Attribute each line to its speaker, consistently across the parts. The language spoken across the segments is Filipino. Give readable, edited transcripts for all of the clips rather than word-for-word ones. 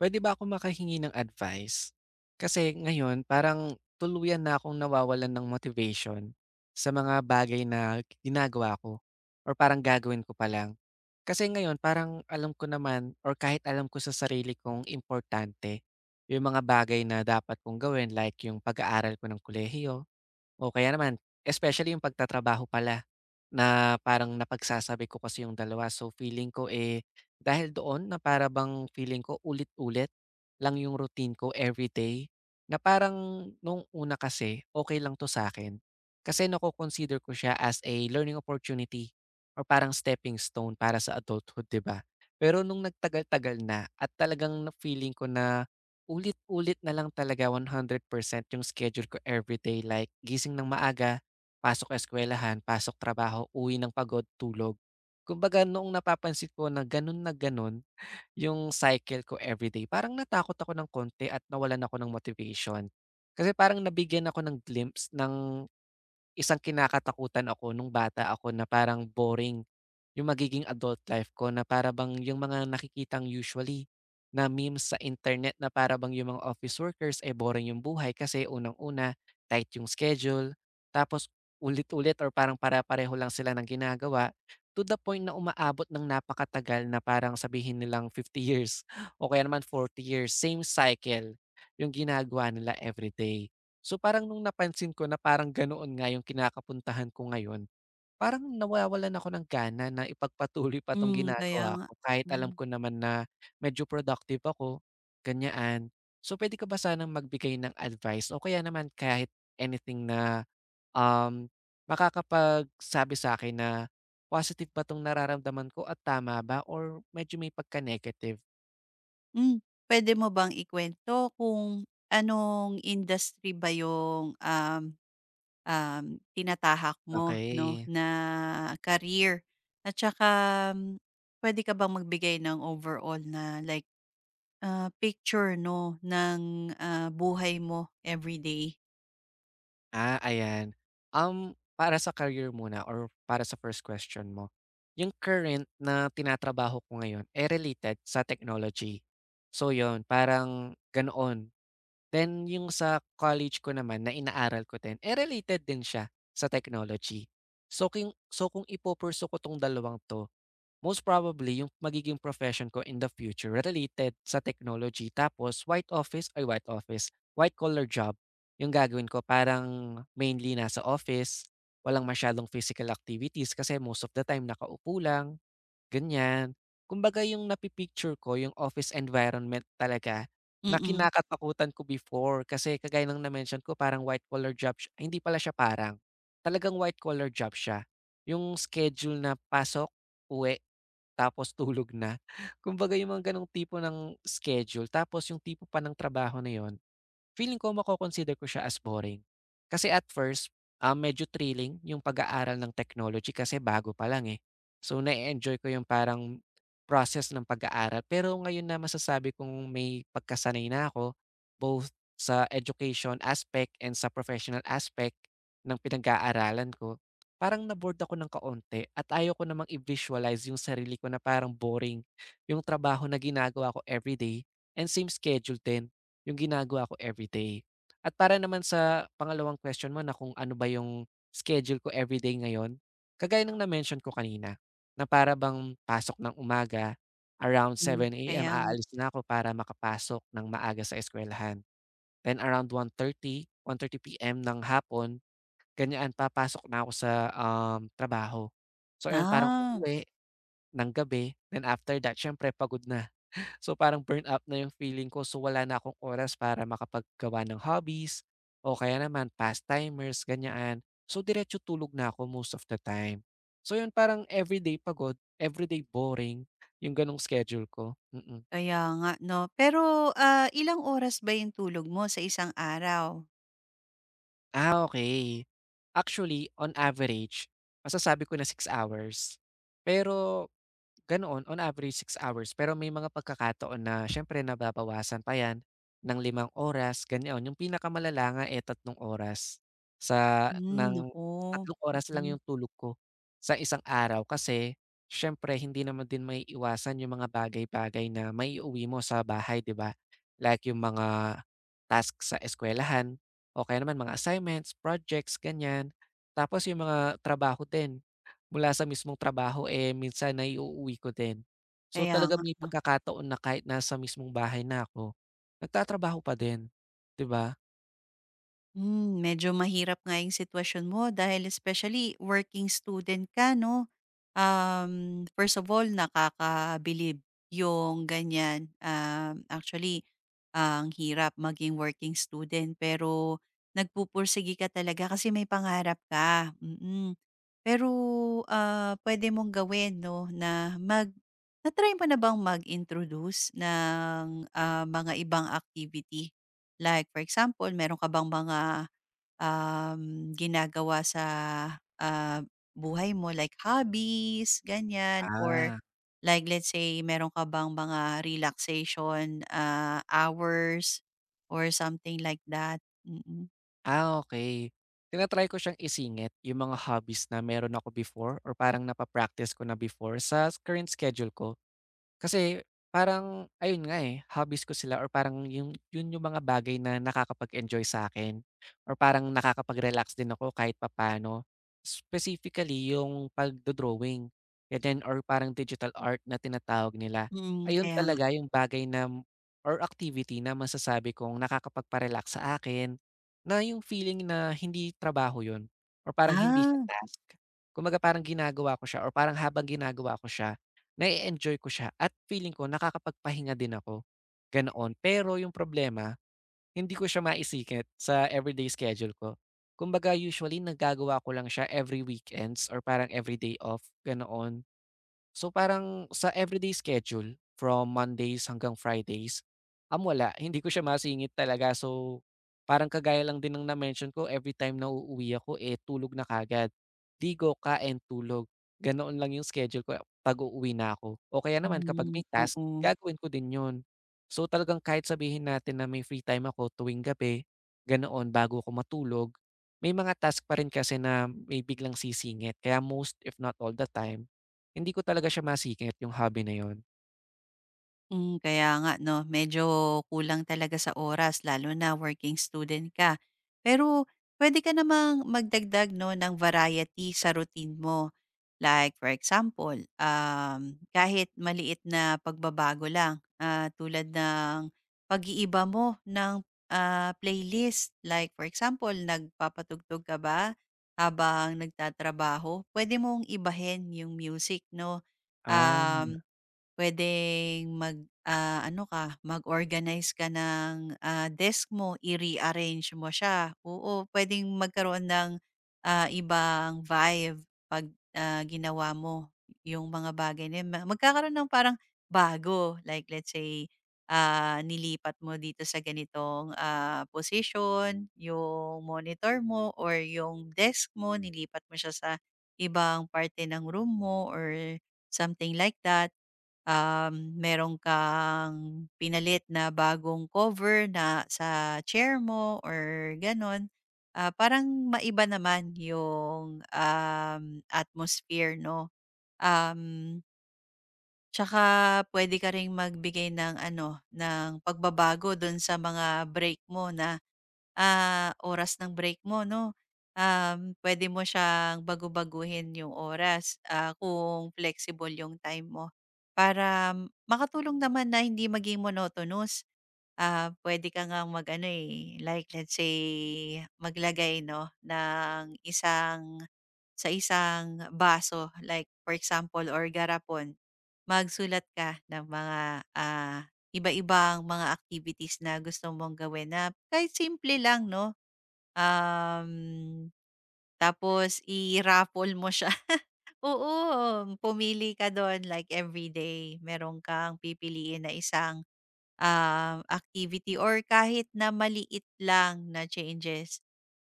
Speaker 1: Puwede ba ako makahingi ng advice? Kasi ngayon parang tuluyan na akong nawawalan ng motivation sa mga bagay na ginagawa ko or parang gagawin ko pa lang. Kasi ngayon parang alam ko naman or kahit alam ko sa sarili kong importante yung mga bagay na dapat kong gawin like yung pag-aaral ko ng kolehiyo, o kaya naman, especially yung pagtatrabaho pala na parang napagsasabi ko kasi yung dalawa. So feeling ko, eh, dahil doon na para bang feeling ko ulit-ulit lang yung routine ko every day na parang nung una kasi okay lang 'to sa akin kasi nako-consider ko siya as a learning opportunity or parang stepping stone para sa adulthood, 'di ba? Pero nung nagtagal-tagal na at talagang na feeling ko na ulit-ulit na lang talaga 100% yung schedule ko everyday like gising ng maaga, pasok eskuwelahan, pasok trabaho, uwi ng pagod, tulog. Kumbaga noong napapansin ko na ganun yung cycle ko everyday, parang natakot ako ng konti at nawalan ako ng motivation. Kasi parang nabigyan ako ng glimpse ng isang kinakatakutan ako nung bata ako na parang boring. Yung magiging adult life ko na para bang yung mga nakikitang usually na memes sa internet na para bang yung mga office workers ay boring yung buhay kasi unang-una, tight yung schedule, tapos ulit-ulit or parang pare-pareho lang sila ng ginagawa to the point na umaabot ng napakatagal na parang sabihin nilang fifty years o kaya naman forty years, same cycle yung ginagawa nila everyday. So parang nung napansin ko na parang ganoon nga yung kinakapuntahan ko ngayon, parang nawawalan ako ng gana na ipagpatuloy pa 'tong
Speaker 2: Hmm, kaya
Speaker 1: ginagawa
Speaker 2: nga.
Speaker 1: ko kahit alam
Speaker 2: Hmm.
Speaker 1: ko naman na medyo productive ako, ganyan. So, puwede ka ba sanang magbigay ng advice o kaya naman kahit anything na, um, makakapagsabi sa'kin na positive ba 'tong nararamdaman ko at tama ba or medyo may pagka-negative?
Speaker 2: Hmm, Puwede mo bang ikuwento kung anong industry ba yung, um, um, tinatahak mo 'no,
Speaker 1: Okey.
Speaker 2: na career? At saka, hmm, puwede ka bang magbigay ng overall na like, picture 'no, ng, buhay mo everyday?
Speaker 1: Ah, ayan. Para sa career muna or para sa first question mo, yung current na tinatrabaho ko ngayon, eh, related sa technology. So yon parang ganoon. Then yung sa college ko naman na inaaral ko din, eh, related din siya sa technology. So, kung ipo ko tong dalawang to, most probably, yung magiging profession ko in the future related sa technology. Tapos white office ay white office, white collar job yung gagawin ko. Parang mainly nasa office, walang masyadong physical activities kasi most of the time nakaupo lang, ganyan. Kumbaga yung napipicture ko, yung office environment talaga na
Speaker 2: Mm,
Speaker 1: kinakatakutan ko before kasi kagaya ng na-mention ko parang white collar job siya. Ay, hindi pala siya parang. Talagang white collar job siya. Yung schedule na pasok, uwi, tapos tulog na. Kumbaga yung mga gano'ng tipo ng schedule tapos yung tipo pa ng trabaho na yun, feeling ko mako-consider ko siya as boring. Kasi at first, medyo thrilling yung pag-aaral ng technology kasi bago pa lang eh. So na enjoy ko yung parang process ng pag-aaral. Pero ngayon na masasabi kong may pagkasanay na ako both sa education aspect and sa professional aspect ng pinag-aaralan ko, parang na-bored ako ng kaonte at ayaw ko namang i-visualize yung sarili ko na parang boring yung trabaho na ginagawa ko everyday and same schedule din. Yung ginagawa ko everyday. At para naman sa pangalawang question mo na kung ano ba yung schedule ko everyday ngayon, kagaya ng na-mention ko kanina, na para bang pasok ng umaga, around
Speaker 2: hmm,
Speaker 1: 7 a.m.
Speaker 2: kaya nga.
Speaker 1: aalis na ako para makapasok ng maaga sa eskuwelahan. Then around 1:30 p.m. ng hapon, ganyan papasok na ako sa, trabaho. So ayun, parang
Speaker 2: Ah,
Speaker 1: uuwi ng gabi, then after that siyempre pagod na. So, parang burn out na yung feeling ko. So, wala na akong oras para makapaggawa ng hobbies o kaya naman pastimers, ganyan. So, diretso tulog na ako most of the time. So, yun parang everyday pagod, everyday boring yung ganong schedule ko. Mm-mm.
Speaker 2: kaya nga 'no. Pero, ilang oras ba yung tulog mo sa isang araw?
Speaker 1: Ah, okay. Actually, on average, masasabi ko na six hours. Pero ganoon, on average six hours pero may mga pagkakataon na siyempre nababawasan pa 'yan ng limang oras ganoon. Yung pinakamalala nga, eh, tatlong oras sa
Speaker 2: Hmm,
Speaker 1: ng
Speaker 2: naku,
Speaker 1: tatlong oras lang
Speaker 2: mm.
Speaker 1: yung tulog ko sa isang araw kasi siyempre hindi naman din may iwasan yung mga bagay-bagay na maiuwi mo sa bahay, 'di ba? Like yung mga task sa eskuwelahan o kaya naman mga assignments, projects, ganyan. Tapos yung mga trabaho din. Mula sa mismong trabaho, eh, minsan naiuuwi ko din. So,
Speaker 2: Kaya
Speaker 1: talaga
Speaker 2: nga
Speaker 1: may
Speaker 2: 'no.
Speaker 1: pagkakataon na kahit nasa mismong bahay na ako, nagtatrabaho pa din, 'di ba?
Speaker 2: Medyo mahirap nga yung sitwasyon mo dahil especially working student ka, no? First of all, nakakabilib yung ganyan. Actually, ang hirap maging working student pero nagpupursigi ka talaga kasi may pangarap ka. Mm. Pero pwede mong gawin, no, na mag na-try mo na bang mag-introduce ng mga ibang activity? Like, for example, meron ka bang mga ginagawa sa, ah, buhay mo like hobbies, ganyan or
Speaker 1: Ah.
Speaker 2: like let's say meron ka bang mga relaxation, hours or something like that? Mm. Mm.
Speaker 1: Ah, okay, tinatry ko siyang isingit, yung mga hobbies na meron ako before or parang napa-practice ko na before sa current schedule ko. Kasi parang ayun nga, eh, hobbies ko sila or parang yung mga bagay na nakakapag-enjoy sa akin or parang nakakapag-relax din ako kahit papaano. Specifically yung pagdo-drawing, ganyan or parang digital art na tinatawag nila.
Speaker 2: Mm,
Speaker 1: Ayun
Speaker 2: kaya nga.
Speaker 1: talaga yung bagay na or activity na masasabi kong nakakapagpa-relax sa akin na yung feeling na hindi trabaho yun or parang hindi siya
Speaker 2: Ah,
Speaker 1: task. Kumbaga parang ginagawa ko siya or parang habang ginagawa ko siya, nae-enjoy ko siya at feeling ko nakakapagpahinga din ako, ganoon. Pero yung problema, hindi ko siya maisikip sa everyday schedule ko. Kumbaga usually nagagawa ko lang siya every weekends or parang everyday off, ganoon. So parang sa everyday schedule from Mondays hanggang Fridays, wala. Hindi ko siya masingit talaga. So parang kagaya lang din ng na-mention ko, every time na uuwi ako, eh tulog na kagad. Digo, kain, tulog. Ganoon lang yung schedule ko eh, pag uuwi na ako. O kaya naman kapag
Speaker 2: mm,
Speaker 1: may task,
Speaker 2: oo.
Speaker 1: gagawin ko din yun. So talagang kahit sabihin natin na may free time ako tuwing gabi, ganoon bago ako matulog, may mga task pa rin kasi na may biglang sisingit. Kaya most if not all the time, hindi ko talaga siya masikip yung hobby na yun.
Speaker 2: Hmm, kaya nga 'no, medyo kulang talaga sa oras lalo na working student ka. Pero pwede ka namang magdagdag 'no ng variety sa routine mo. Like for example, kahit maliit na pagbabago lang, tulad ng pag-iiba mo ng, playlist. Like for example, nagpapatugtog ka ba habang nagtatrabaho? Pwede mong ibahin yung music 'no.
Speaker 1: Ah, hmm,
Speaker 2: Um Puwedeng mag, mag-organize ka ng, desk mo, i-rearrange mo siya. Oo, puwedeng magkaroon ng, ibang vibe 'pag, ginawa mo yung mga bagay na yun. Magkakaroon ng parang bago, like let's say, nilipat mo dito sa ganitong, position yung monitor mo or yung desk mo, nilipat mo siya sa ibang parte ng room mo or something like that. Meron kang pinalit na bagong cover na sa chair mo or gano'n, parang maiba naman yung, atmosphere 'no. Um, Tsaka pwede ka ring magbigay ng ano, ng pagbabago do'n sa mga break mo na oras ng break mo 'no. Pwede mo siyang baguhin yung oras, kung flexible yung time mo para makatulong naman na hindi maging monotonous. Ah, pwede ka ngang mag-ano, eh, like let's say maglagay 'no ng sa isang baso like for example or garapon, magsulat ka ng mga, ah iba-ibang mga activities na gusto mong gawin na kahit simple lang 'no, um, tapos i-raffle mo siya. Oo, pumili ka dun like everyday meron kang pipiliin na isang, activity or kahit na maliit lang na changes.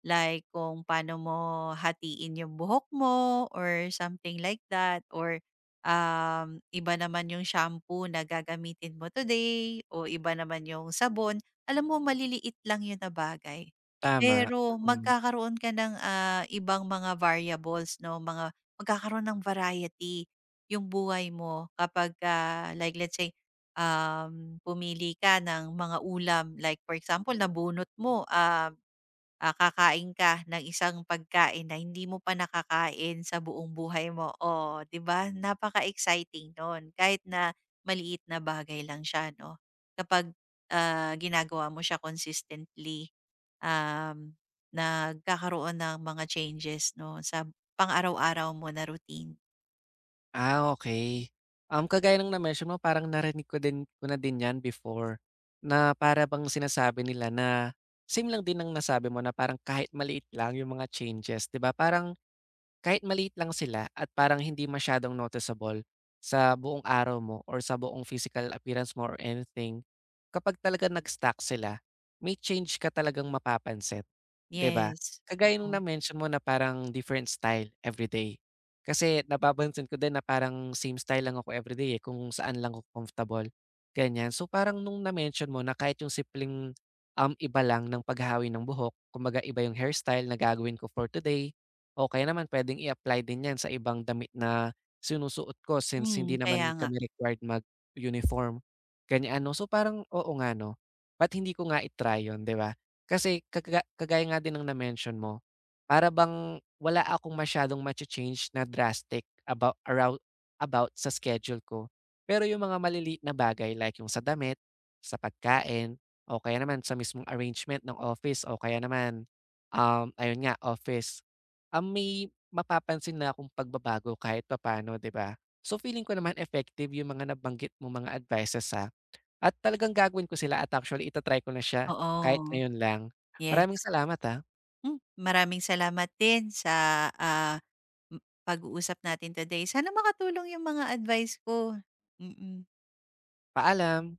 Speaker 2: Like kung paano mo hatiin yung buhok mo or something like that or iba naman yung shampoo na gagamitin mo today o iba naman yung sabon. Alam mo, maliliit lang yun na bagay.
Speaker 1: tama,
Speaker 2: Pero
Speaker 1: mm.
Speaker 2: magkakaroon ka ng ibang mga variables, no? Mga, magkakaroon ng variety yung buhay mo kapag, like let's say, pumili ka ng mga ulam. Like for example, nabunot mo. Kakain ka ng isang pagkain na hindi mo pa nakakain sa buong buhay mo. Oh, 'di ba? Napaka-exciting no'n kahit na maliit na bagay lang siya 'no, kapag, ginagawa mo siya consistently, um, nagkakaroon ng mga changes 'no, sa pang-araw-araw mo na routine.
Speaker 1: Ah, okay. Kagaya ng na-mention mo parang narinig ko din ko na din 'yan before, na para bang sinasabi nila na same lang din ng nasabi mo na parang kahit maliit lang yung mga changes, 'di ba? Parang kahit maliit lang sila at parang hindi masyadong noticeable sa buong araw mo or sa buong physical appearance mo or anything, kapag talaga nag-stack sila, may change ka talagang mapapansin. 'Di ba?
Speaker 2: Yes,
Speaker 1: Kagaya nung
Speaker 2: oo.
Speaker 1: na-mention mo na parang different style everyday. Kasi napapansin ko din na parang same style lang ako everyday, eh, kung saan lang ako comfortable, ganyan. So, parang nung na-mention mo na kahit yung simpleng, iba lang ng paghahawi ng buhok, kumbaga iba yung hairstyle na gagawin ko for today o kaya naman pwedeng i-apply din 'yan sa ibang damit na sinusuot ko since
Speaker 2: Hmm,
Speaker 1: hindi
Speaker 2: kaya
Speaker 1: naman
Speaker 2: nga.
Speaker 1: kami required mag-uniform, ganyan, 'no. So, parang oo nga, 'no, ba't hindi ko nga i-try 'yun, 'di ba? Kasi kagaya nga din ng na-mention mo, para bang wala akong masyadong macha-change na drastic about sa schedule ko. Pero yung mga maliliit na bagay like yung sa damit, sa pagkain, o kaya naman sa mismong arrangement ng office o kaya naman, ayun nga office, may mapapansin na akong pagbabago kahit papaano, 'di ba? So, feeling ko naman effective yung mga nabanggit mo mga advices, sa at talagang gagawin ko sila at actually ita-try ko na siya kahit
Speaker 2: Oo,
Speaker 1: ngayon lang. Maraming
Speaker 2: yes.
Speaker 1: salamat, ah.
Speaker 2: Hmm, maraming salamat din sa, ah, m pag-uusap natin today. Sana makatulong yung mga advice ko. Mm. Mm.
Speaker 1: Paalam.